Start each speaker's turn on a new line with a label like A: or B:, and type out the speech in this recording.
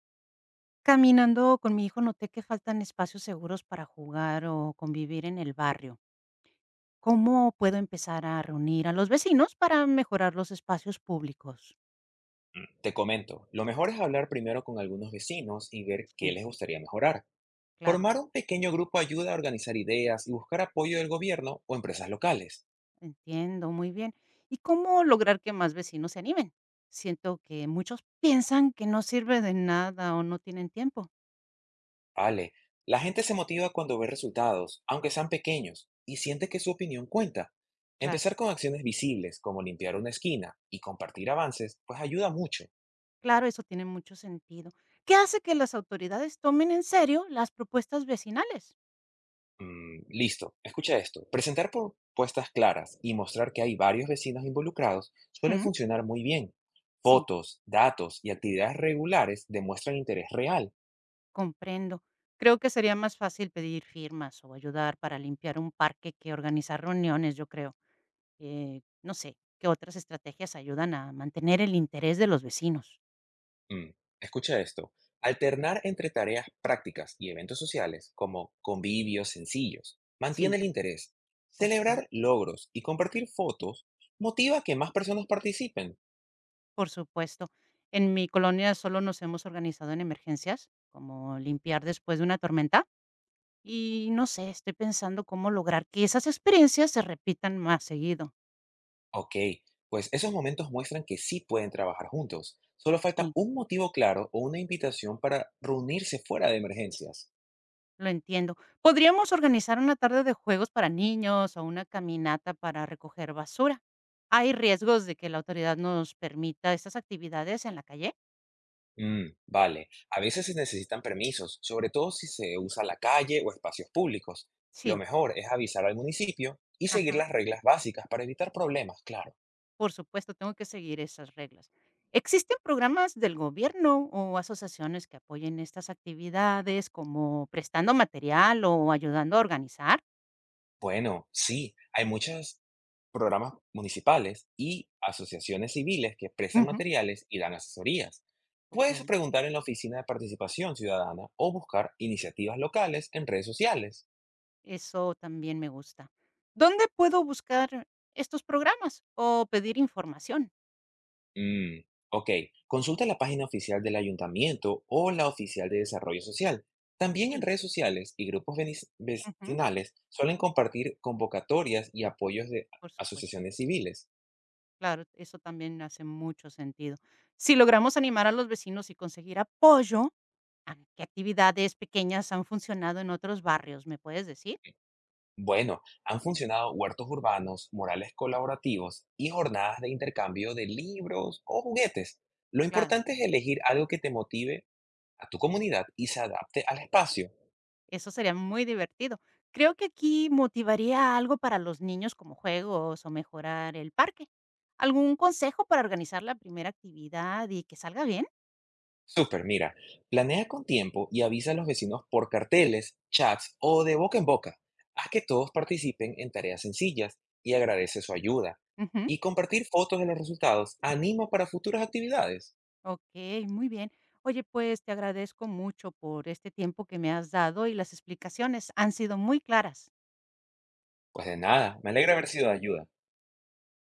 A: Caminando con mi hijo noté que faltan espacios seguros para jugar o convivir en el barrio. ¿Cómo puedo empezar a reunir a los vecinos para mejorar los espacios públicos?
B: Te comento, lo mejor es hablar primero con algunos vecinos y ver qué
A: Sí,
B: les gustaría mejorar.
A: claro,
B: Formar un pequeño grupo ayuda a organizar ideas y buscar apoyo del gobierno o empresas locales.
A: entiendo muy bien. ¿Y cómo lograr que más vecinos se animen? Siento que muchos piensan que no sirve de nada o no tienen tiempo.
B: Ale, la gente se motiva cuando ve resultados, aunque sean pequeños, y siente que su opinión cuenta.
A: Claro,
B: Empezar con acciones visibles, como limpiar una esquina y compartir avances, pues ayuda mucho.
A: claro, eso tiene mucho sentido. ¿Qué hace que las autoridades tomen en serio las propuestas vecinales?
B: Listo, escucha esto. Presentar propuestas claras y mostrar que hay varios vecinos involucrados suele
A: ¿Mm?
B: funcionar muy bien.
A: Sí.
B: Fotos, datos y actividades regulares demuestran interés real.
A: Comprendo. Creo que sería más fácil pedir firmas o ayudar para limpiar un parque que organizar reuniones, yo creo. No sé, ¿qué otras estrategias ayudan a mantener el interés de los vecinos?
B: Mm, Escucha esto. Alternar entre tareas prácticas y eventos sociales, como convivios sencillos,
A: Sí,
B: mantiene el interés.
A: ok.
B: Celebrar logros y compartir fotos motiva a que más personas participen.
A: Por supuesto. En mi colonia solo nos hemos organizado en emergencias, como limpiar después de una tormenta. Y no sé, estoy pensando cómo lograr que esas experiencias se repitan más seguido.
B: Ok, pues esos momentos muestran que sí pueden trabajar juntos. Solo falta un motivo claro o una invitación para reunirse fuera de emergencias.
A: Lo entiendo. Podríamos organizar una tarde de juegos para niños o una caminata para recoger basura. ¿Hay riesgos de que la autoridad nos permita estas actividades en la calle?
B: Vale, a veces se necesitan permisos, sobre todo si se usa la calle o espacios públicos. Lo
A: Sí,
B: mejor es avisar al municipio y seguir
A: ajá,
B: las reglas básicas para evitar problemas, claro.
A: por supuesto, tengo que seguir esas reglas. ¿Existen programas del gobierno o asociaciones que apoyen estas actividades, como prestando material o ayudando a organizar?
B: Bueno, sí, hay muchos programas municipales y asociaciones civiles que prestan
A: Ujú.
B: materiales y dan asesorías. Puedes
A: Ok,
B: preguntar en la Oficina de Participación Ciudadana o buscar iniciativas locales en redes sociales.
A: eso también me gusta. ¿Dónde puedo buscar estos programas o pedir información?
B: Mm, ok, consulta la página oficial del ayuntamiento o la oficial de desarrollo social. También en
A: Sí.
B: redes sociales y grupos
A: Ujú,
B: vecinales suelen compartir convocatorias y apoyos de
A: por supuesto.
B: asociaciones civiles.
A: Claro, eso también hace mucho sentido. Si logramos animar a los vecinos y conseguir apoyo, ¿a qué actividades pequeñas han funcionado en otros barrios? ¿Me puedes decir?
B: Bueno, han funcionado huertos urbanos, murales colaborativos y jornadas de intercambio de libros o juguetes. Lo
A: Claro,
B: importante es elegir algo que te motive a tu comunidad y se adapte al espacio.
A: eso sería muy divertido. Creo que aquí motivaría algo para los niños como juegos o mejorar el parque. ¿Algún consejo para organizar la primera actividad y que salga bien?
B: Super, mira, planea con tiempo y avisa a los vecinos por carteles, chats o de boca en boca. Haz que todos participen en tareas sencillas y agradece su ayuda.
A: Ujú,
B: Y compartir fotos de los resultados anima para futuras actividades.
A: ok, muy bien. Oye, pues te agradezco mucho por este tiempo que me has dado y las explicaciones han sido muy claras.
B: Pues de nada, me alegra haber sido de ayuda.